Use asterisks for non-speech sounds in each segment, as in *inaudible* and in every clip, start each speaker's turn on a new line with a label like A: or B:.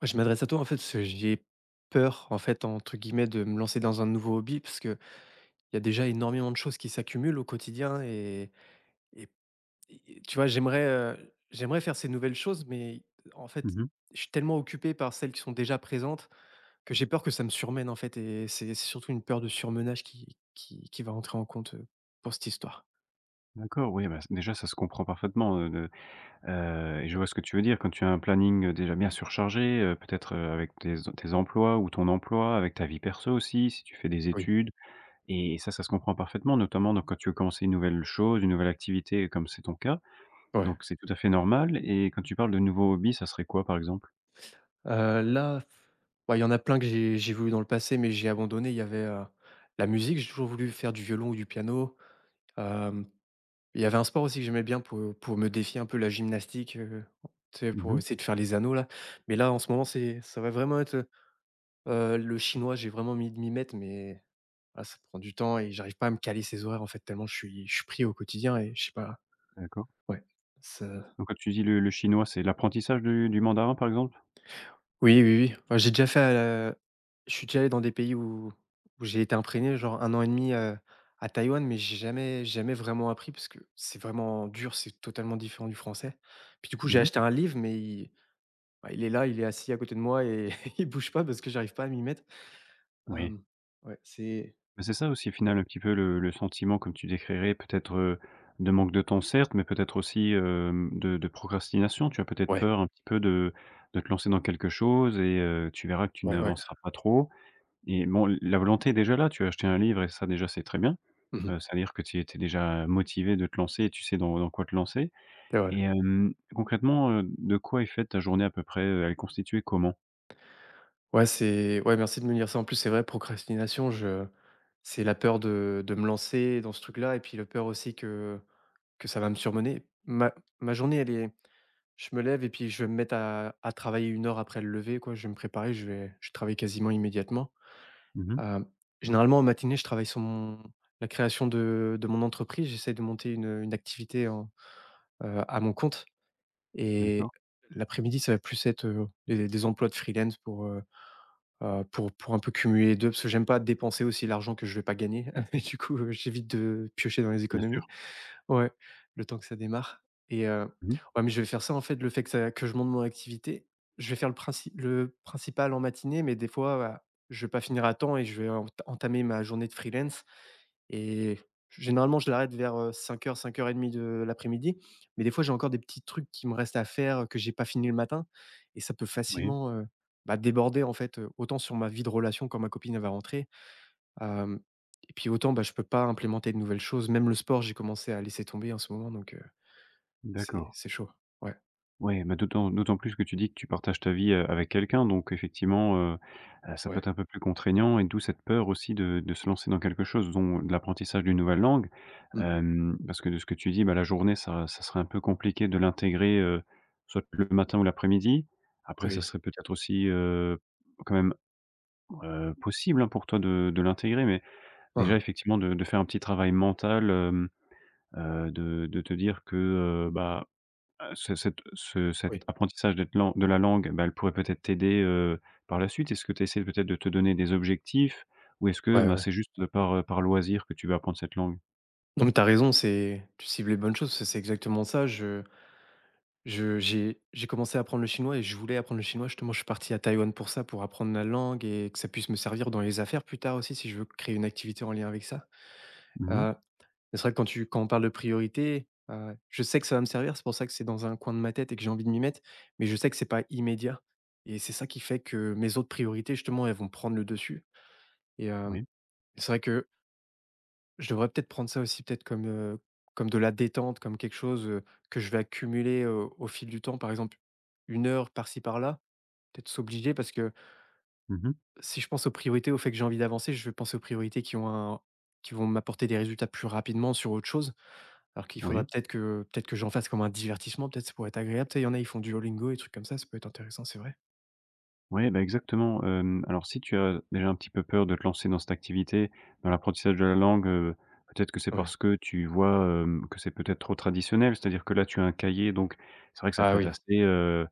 A: Ouais, je m'adresse à toi en fait, parce que j'ai peur en fait entre guillemets de me lancer dans un nouveau hobby parce que il y a déjà énormément de choses qui s'accumulent au quotidien et- et tu vois j'aimerais faire ces nouvelles choses mais en fait
B: Mmh.
A: je suis tellement occupé par celles qui sont déjà présentes que j'ai peur que ça me surmène en fait et c'est surtout une peur de surmenage qui va rentrer en compte pour cette histoire.
B: D'accord, oui, bah, c déjà ça se comprend parfaitement, de et je vois ce que tu veux dire quand tu as un planning, déjà bien surchargé, peut-être, avec tes emplois ou ton emploi, avec ta vie perso aussi, si tu fais des
A: Oui.
B: études et ça se comprend parfaitement, notamment donc quand tu veux commencer une nouvelle chose, une nouvelle activité comme c'est ton cas,
A: Ouais.
B: donc c'est tout à fait normal et quand tu parles de nouveaux hobbies, ça serait quoi par exemple?
A: Là, ouais, il y en a plein que j'ai voulu dans le passé mais j'ai abandonné. Il y avait la musique, j'ai toujours voulu faire du violon ou du piano. Hem, il y avait un sport aussi que j'aimais bien pour me défier un peu, la gymnastique, tu sais, pour
B: Mmh.
A: essayer de faire les anneaux là. Mais là, en ce moment, c'est ça va vraiment être, le chinois. J'ai vraiment mis de m'y mettre, mais ah, ça prend du temps et j'arrive pas à me caler ces horaires, en fait, tellement je suis pris au quotidien et je sais pas,
B: D'accord,
A: ouais, ça.
B: donc quand tu dis le chinois, c'est l'apprentissage du mandarin par exemple?
A: Oui, oui, oui. Enfin, j'ai déjà fait, je suis déjà allé dans des pays où j'ai été imprégné, genre un an et demi 2 à Taïwan, mais j'ai jamais vraiment appris parce que c'est vraiment dur, c'est totalement différent du français. Puis du coup, j'ai
B: Mmh.
A: acheté un livre, mais il bah, il est là, il est assis à côté de moi et *laughs* il bouge pas parce que j'arrive pas à m'y mettre.
B: Oui.
A: Hem, ouais, c'est
B: Mais c'est ça aussi, au final, un petit peu le sentiment comme tu décrirais, peut-être, de manque de temps certes, mais peut-être aussi, de procrastination. Tu as peut-être
A: ouais,
B: peur un petit peu de te lancer dans quelque chose et tu verras que tu
A: ouais, ouais.
B: n'avanceras pas trop et bon, la volonté est déjà là. Tu as acheté un livre et ça déjà, c'est très bien.
A: Mmh.
B: Ça veut dire que tu étais déjà motivé de te lancer et tu sais dans quoi te lancer
A: C'est vrai.
B: et concrètement, de quoi est faite ta journée à peu près? Elle est constituée comment?
A: Ouais, c'est ouais, merci de me dire ça. En plus, c'est vrai, procrastination. Je c'est la peur de me lancer dans ce truc-là et puis la peur aussi que ça va me surmener. Ma journée, elle est je me lève et puis je vais me mettre à travailler une heure après le lever, quoi. Je vais me préparer, je travaille quasiment immédiatement.
B: Mmh.
A: Hem, Généralement, en matinée, je travaille sur mon la création de mon entreprise. J'essaie de monter une activité en, à mon compte et
B: D'accord.
A: l'après-midi, ça va plus être, des emplois de freelance pour un peu cumuler les 2 parce que j'aime pas dépenser aussi l'argent que je vais pas gagner. *laughs* Et du coup, j'évite de piocher dans les
B: Bien sûr.
A: économies. Ouais, le temps que ça démarre et
B: Mmh.
A: ouais, mais je vais faire ça, en fait, le fait que je monte mon activité. Je vais faire le principal en matinée, mais des fois, bah, je vais pas finir à temps et je vais entamer ma journée de freelance et généralement, je l'arrête vers 5 heures, 17:00-17:30 de l'après-midi, mais des fois, j'ai encore des petits trucs qui me restent à faire, que j'ai pas fini le matin et ça peut
B: Oui.
A: facilement, bah, déborder, en fait, autant sur ma vie de relation quand ma copine elle va rentrer Hem et puis autant, bah, je peux pas implémenter de nouvelles choses. Même le sport, j'ai commencé à laisser tomber en ce moment, donc c'est
B: D'accord.
A: c'est chaud. Ouais,
B: Ouais, mais d'autant plus que tu dis que tu partages ta vie, avec quelqu'un, donc effectivement, ça peut être
A: ouais.
B: un peu plus contraignant et d'où cette peur aussi de se lancer dans quelque chose, dont de l'apprentissage d'une nouvelle langue.
A: Mmh mh.
B: Parce que de ce que tu dis, bah, la journée, ça ça serait un peu compliqué de l'intégrer, soit le matin ou l'après-midi. Après, ça
A: Oui.
B: serait peut-être aussi, quand même, possible, hein, pour toi de l'intégrer, mais
A: Hein,
B: déjà
A: hein.
B: effectivement de faire un petit travail mental, de te dire que, bah. Ce cet
A: Oui.
B: apprentissage d'être lan de la langue, bah, elle pourrait peut-être t'aider, par la suite. Est-ce que tu essaies peut-être de te donner des objectifs? Ou est-ce que,
A: Ouais, ouais,
B: bah,
A: ouais.
B: c'est juste par loisir que tu vas apprendre cette langue?
A: Non, mais t'as raison, c'est tu cibles les bonnes choses, parce que c'est exactement ça. Je j'ai commencé à apprendre le chinois et je voulais apprendre le chinois. Justement, je suis parti à Taïwan pour ça, pour apprendre la langue et que ça puisse me servir dans les affaires plus tard aussi si je veux créer une activité en lien avec ça.
B: Mmh mh.
A: Heu Mais c'est vrai que quand on parle de priorité, je sais que ça va me servir, c'est pour ça que c'est dans un coin de ma tête et que j'ai envie de m'y mettre, mais je sais que c'est pas immédiat et c'est ça qui fait que mes autres priorités justement, elles vont prendre le dessus et
B: Oui.
A: c'est vrai que je devrais peut-être prendre ça aussi peut-être comme, comme de la détente, comme quelque chose, que je vais accumuler, au fil du temps. Par exemple, une heure par-ci par-là, peut-être s'obliger parce que
B: Mmh mh.
A: si je pense aux priorités, au fait que j'ai envie d'avancer, je vais penser aux priorités qui ont un qui vont m'apporter des résultats plus rapidement sur autre chose. Alors qu'il faudra
B: Oui.
A: peut-être que j'en fasse comme un divertissement, peut-être ça pourrait être agréable. Tu sais, il y en a, ils font du Duolingo et trucs comme ça peut être intéressant, c'est vrai.
B: Oui, bah, exactement, alors si tu as déjà un petit peu peur de te lancer dans cette activité, dans l'apprentissage de la langue, peut-être que c'est
A: Ouais.
B: parce que tu vois, que c'est peut-être trop traditionnel. C'est-à-dire que là, tu as un cahier, donc c'est vrai que ça
A: Ah
B: peut être
A: oui.
B: assez, heu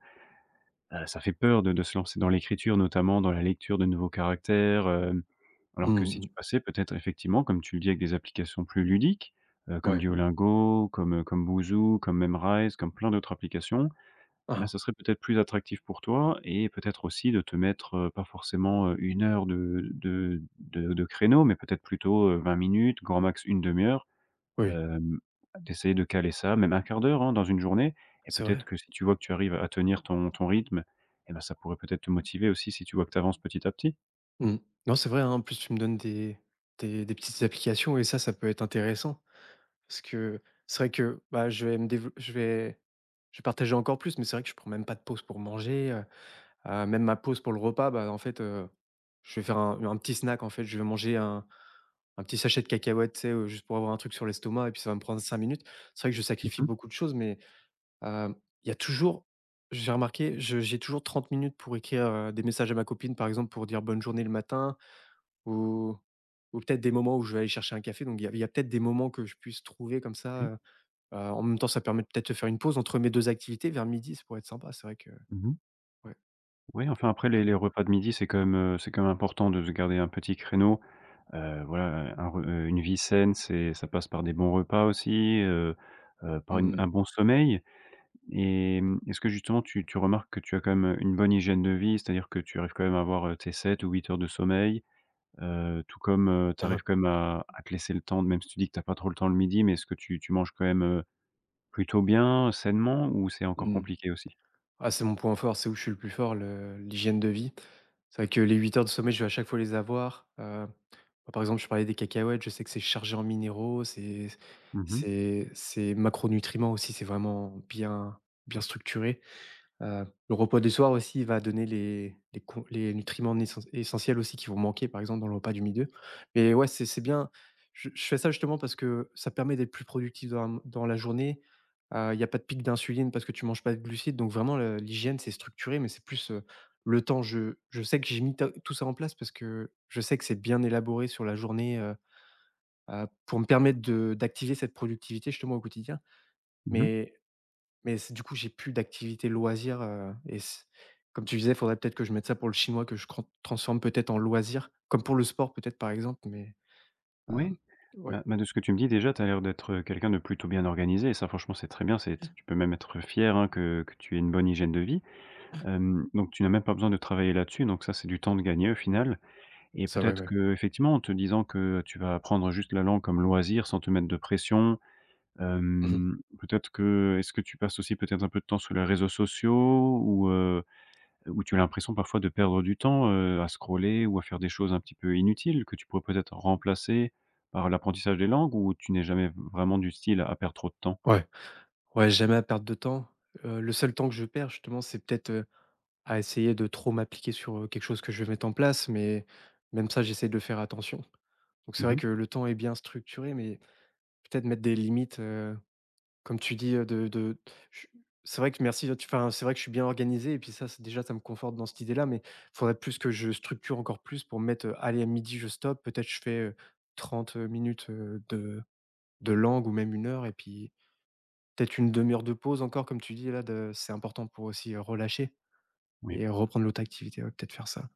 B: Heu, ça fait peur de se lancer dans l'écriture, notamment dans la lecture de nouveaux caractères, alors que
A: Mmh.
B: si tu
A: Mmh.
B: passais peut-être effectivement, comme tu le dis, avec des applications plus ludiques, comme
A: Ouais.
B: Duolingo, comme Boozoo, comme Memrise, comme plein d'autres applications eh ben,
A: Ah
B: ça serait peut-être plus attractif pour toi et peut-être aussi de te mettre, pas forcément, 1 heure de créneau, mais peut-être plutôt, 20 minutes, grand max une demi heure.
A: oui, oui,
B: Hem, d'essayer de caler ça, même un quart d'heure, hein, dans une journée et
A: c'est
B: peut-être
A: vrai.
B: que si tu vois que tu arrives à tenir ton rythme et ben ça pourrait peut-être te motiver aussi si tu vois que tu avances petit à petit.
A: Mmh. Non, c'est vrai, hein, en plus tu me donnes des petites applications et ça peut être intéressant. Parce que c'est vrai que, bah, je vais partager encore plus, mais c'est vrai que je prends même pas de pause pour manger. Même ma pause pour le repas, bah, en fait, je vais faire un petit snack, en fait. Je vais manger un petit sachet de cacahuètes, tu sais, juste pour avoir un truc sur l'estomac et puis ça va me prendre 5 minutes. C'est vrai que je sacrifie
B: Mmh.
A: beaucoup de choses, mais, hem, il y a toujours j'ai remarqué, je j'ai toujours 30 minutes pour écrire, des messages à ma copine, par exemple, pour dire bonne journée le matin ou ou peut-être des moments où je vais aller chercher un café. Donc il y a peut-être des moments que je puisse trouver comme ça,
B: Oui.
A: en même temps, ça permet peut-être de faire une pause entre mes 2 activités vers midi, ça pourrait être sympa. C'est vrai que
B: Mmh.
A: ouais,
B: Oui, enfin après les
A: ouais.
B: les repas de midi c'est quand même important de se garder un petit créneau. Voilà, un re une vie saine, c'est ça passe par des bons repas aussi, par une
A: Mmh.
B: un bon sommeil et est-ce que justement tu remarques que tu as quand même, une bonne hygiène de vie? C'est-à-dire que tu arrives quand même à avoir, tes 7 ou 8 heures de sommeil, tout comme, tu
A: Hein
B: arrives
A: hein.
B: quand même à te laisser le temps, même si tu dis que tu as pas trop le temps le midi, mais est-ce que tu manges quand même, plutôt bien, sainement ou c'est encore
A: Mmh.
B: compliqué aussi?
A: Ah, c'est mon point fort, c'est où je suis le plus fort, le l'hygiène de vie. C'est vrai que les 8 heures de sommeil, je vais à chaque fois les avoir. Bah, par exemple, je parlais des cacahuètes, je sais que c'est chargé en minéraux, c'est
B: Mmh.
A: c'est c'est macronutriments aussi, c'est vraiment bien structuré. Le repas du soir aussi va donner les nutriments nécess essentiels aussi qui vont manquer, par exemple, dans le repas du midi. Mais ouais, c'est bien. Je fais ça justement parce que ça permet d'être plus productif dans la journée. Il y a pas de pic d'insuline parce que tu manges pas de glucides, donc vraiment le l'hygiène, c'est structuré, mais c'est plus, le temps. Je sais que j'ai mis ta tout ça en place parce que je sais que c'est bien élaboré sur la journée, pour me permettre de d'activer cette productivité justement au quotidien.
B: Mmh.
A: Mais mais c'est du coup, j'ai plus d'activité loisir, et c comme tu disais, il faudrait peut-être que je mette ça pour le chinois, que je cran transforme peut-être en loisir, comme pour le sport peut-être, par exemple, mais hem,
B: Oui,
A: ouais,
B: bah, de ce que tu me dis déjà, tu as l'air d'être, quelqu'un de plutôt bien organisé et ça franchement c'est très bien, c'est tu peux même être fier, hein, que tu aies une bonne hygiène de vie. Donc tu n'as même pas besoin de travailler là-dessus, donc ça c'est du temps de gagner au final et
A: ça ouais,
B: peut-être
A: ouais.
B: que, effectivement, en te disant que tu vas apprendre juste la langue comme loisir sans te mettre de pression,
A: Mmh.
B: peut-être que est-ce que tu passes aussi peut-être un peu de temps sur les réseaux sociaux ou où tu as l'impression parfois de perdre du temps, à scroller ou à faire des choses un petit peu inutiles que tu pourrais peut-être remplacer par l'apprentissage des langues ou tu n'es jamais vraiment du style à perdre trop de temps?
A: Ouais, ouais, jamais à perdre de temps. Le seul temps que je perds justement, c'est peut-être, à essayer de trop m'appliquer sur, quelque chose que je vais mettre en place, mais même ça, j'essaie de faire attention. Donc c'est vrai
B: Mmh.
A: que le temps est bien structuré, mais peut-être mettre des limites, comme tu dis, de je c'est vrai que merci, tu enfin, c'est vrai que je suis bien organisé et puis ça, c'est déjà, ça me conforte dans cette idée-là, mais il faudrait plus que je structure encore plus pour mettre: «Allez, à midi je stoppe». Peut-être je fais, 30 minutes, de langue ou même une heure et puis peut-être une demi heure de pause encore comme tu dis là de c'est important pour aussi, relâcher
B: Oui,
A: et reprendre l'autre activité, ouais, peut-être faire ça.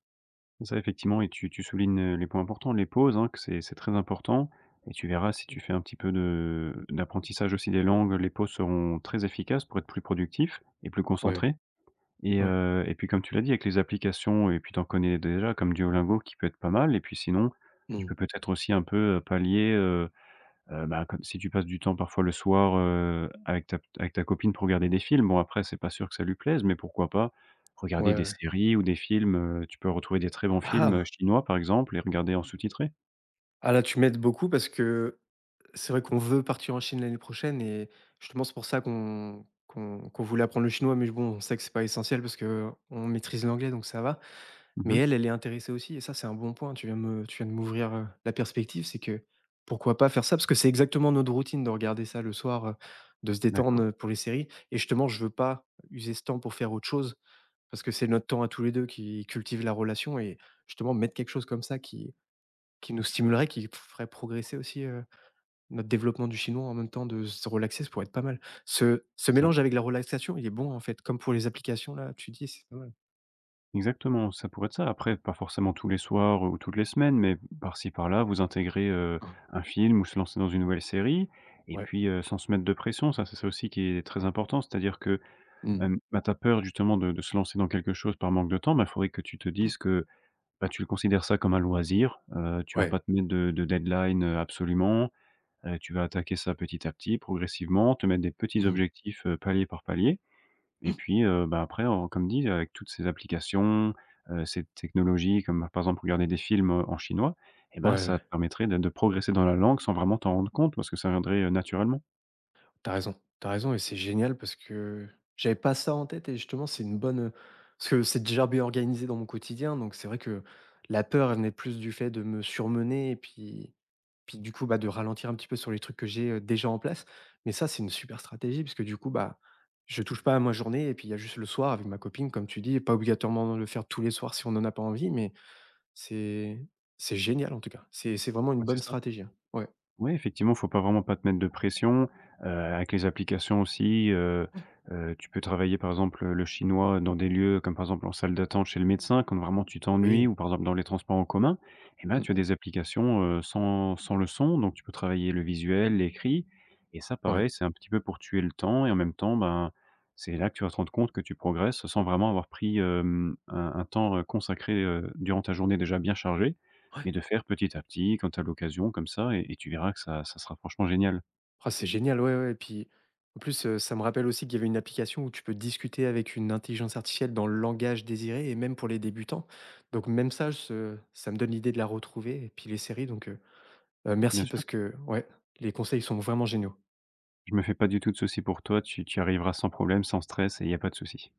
B: ça effectivement et tu soulignes, les points importants, les pauses, hein, que c'est très important et tu verras si
A: Mmh.
B: tu fais un petit peu de d'apprentissage aussi des langues, les pauses seront très efficaces pour être plus productif et plus
A: Ouais,
B: concentré. Et
A: ouais.
B: heu et puis comme tu l'as dit avec les applications et puis t'en connais déjà comme Duolingo qui peut être pas mal et puis sinon, tu
A: Mmh.
B: peux peut-être aussi un peu, pallier, bah, comme si tu passes du temps parfois le soir, avec ta copine pour regarder des films. Bon après c'est pas sûr que ça lui plaise, mais pourquoi pas regarder
A: Ouais,
B: des
A: ouais.
B: séries ou des films, tu peux retrouver des très bons films,
A: Ah!
B: chinois par exemple et regarder en sous-titré.
A: Ah là, tu m'aides beaucoup parce que c'est vrai qu'on veut partir en Chine l'année prochaine et justement, c'est pour ça qu'on voulait apprendre le chinois, mais bon, on sait que c'est pas essentiel parce que on maîtrise l'anglais, donc ça va. Mais
B: Mmh.
A: elle, elle est intéressée aussi et ça, c'est un bon point. Tu viens de m'ouvrir la perspective, c'est que pourquoi pas faire ça? Parce que c'est exactement notre routine de regarder ça le soir, de se détendre
B: D'accord.
A: pour les séries. Et justement, je veux pas user ce temps pour faire autre chose parce que c'est notre temps à tous les deux qui cultive la relation et justement, mettre quelque chose comme ça qui nous stimulerait, qui ferait progresser aussi. Notre développement du chinois en même temps de se relaxer, ça pourrait être pas mal. Ce
B: Ça
A: mélange avec la relaxation, il est bon, en fait, comme pour les applications là, tu dis, c'est pas mal.
B: Exactement, ça pourrait être ça. Après, pas forcément tous les soirs ou toutes les semaines, mais par-ci par-là, vous intégrez,
A: Ah,
B: un film ou se lancer dans une nouvelle série et
A: ouais.
B: puis, sans se mettre de pression, ça, c'est ça aussi qui est très important. C'est-à-dire que,
A: Mmh.
B: bah, tu as peur justement de se lancer dans quelque chose par manque de temps, bah, il faudrait que tu te dises que, bah, tu le considères ça comme un loisir, tu vas
A: Ouais.
B: pas te mettre de deadline, absolument, tu vas attaquer ça petit à petit, progressivement, te mettre des petits
A: Mmh.
B: objectifs, palier par palier et puis, bah, après, en comme dit, avec toutes ces applications, ces technologies comme, par exemple, regarder des films, en chinois et ben, ça te
A: Ouais.
B: permettrait de progresser dans la langue sans vraiment t'en rendre compte parce que ça viendrait, naturellement.
A: T'as raison, t'as raison et c'est génial parce que j'avais pas ça en tête et justement, c'est une bonne, parce que c'est déjà bien organisé dans mon quotidien, donc c'est vrai que la peur, elle venait plus du fait de me surmener et puis du coup, bah, de ralentir un petit peu sur les trucs que j'ai, déjà en place. Mais ça, c'est une super stratégie parce que du coup, bah, je touche pas à ma journée et puis il y a juste le soir avec ma copine, comme tu dis, pas obligatoirement le faire tous les soirs si on n'en a pas envie, mais c'est c'est génial en tout cas. C'est vraiment une
B: Ouais, c'est
A: bonne
B: ça.
A: stratégie, hein. Ouais.
B: Oui, effectivement, faut pas vraiment pas te mettre de pression, avec les applications aussi, tu peux travailler, par exemple, le chinois dans des lieux comme, par exemple, en salle d'attente chez le médecin, quand vraiment tu t'ennuies
A: Oui.
B: ou, par exemple, dans les transports en commun et ben,
A: Mmh
B: tu as
A: mh.
B: des applications, sans le son, donc tu peux travailler le visuel, l'écrit et ça,
A: Ouais.
B: pareil, c'est un petit peu pour tuer le temps et en même temps, ben, c'est là que tu vas te rendre compte que tu progresses sans vraiment avoir pris, un temps, consacré, durant ta journée déjà bien chargée
A: Ouais.
B: mais de faire petit à petit quand tu as l'occasion comme ça et tu verras que ça sera franchement génial.
A: Ah, c'est génial, ouais, ouais. Et puis, en plus, ça me rappelle aussi qu'il y avait une application où tu peux discuter avec une intelligence artificielle dans le langage désiré et même pour les débutants. Donc même ça, ce ça me donne l'idée de la retrouver et puis les séries donc,
B: Bien
A: merci
B: sûr,
A: parce que, ouais, les conseils sont vraiment géniaux.
B: je me fais pas du tout de soucis pour toi, tu y arriveras sans problème, sans stress et il y a pas de souci.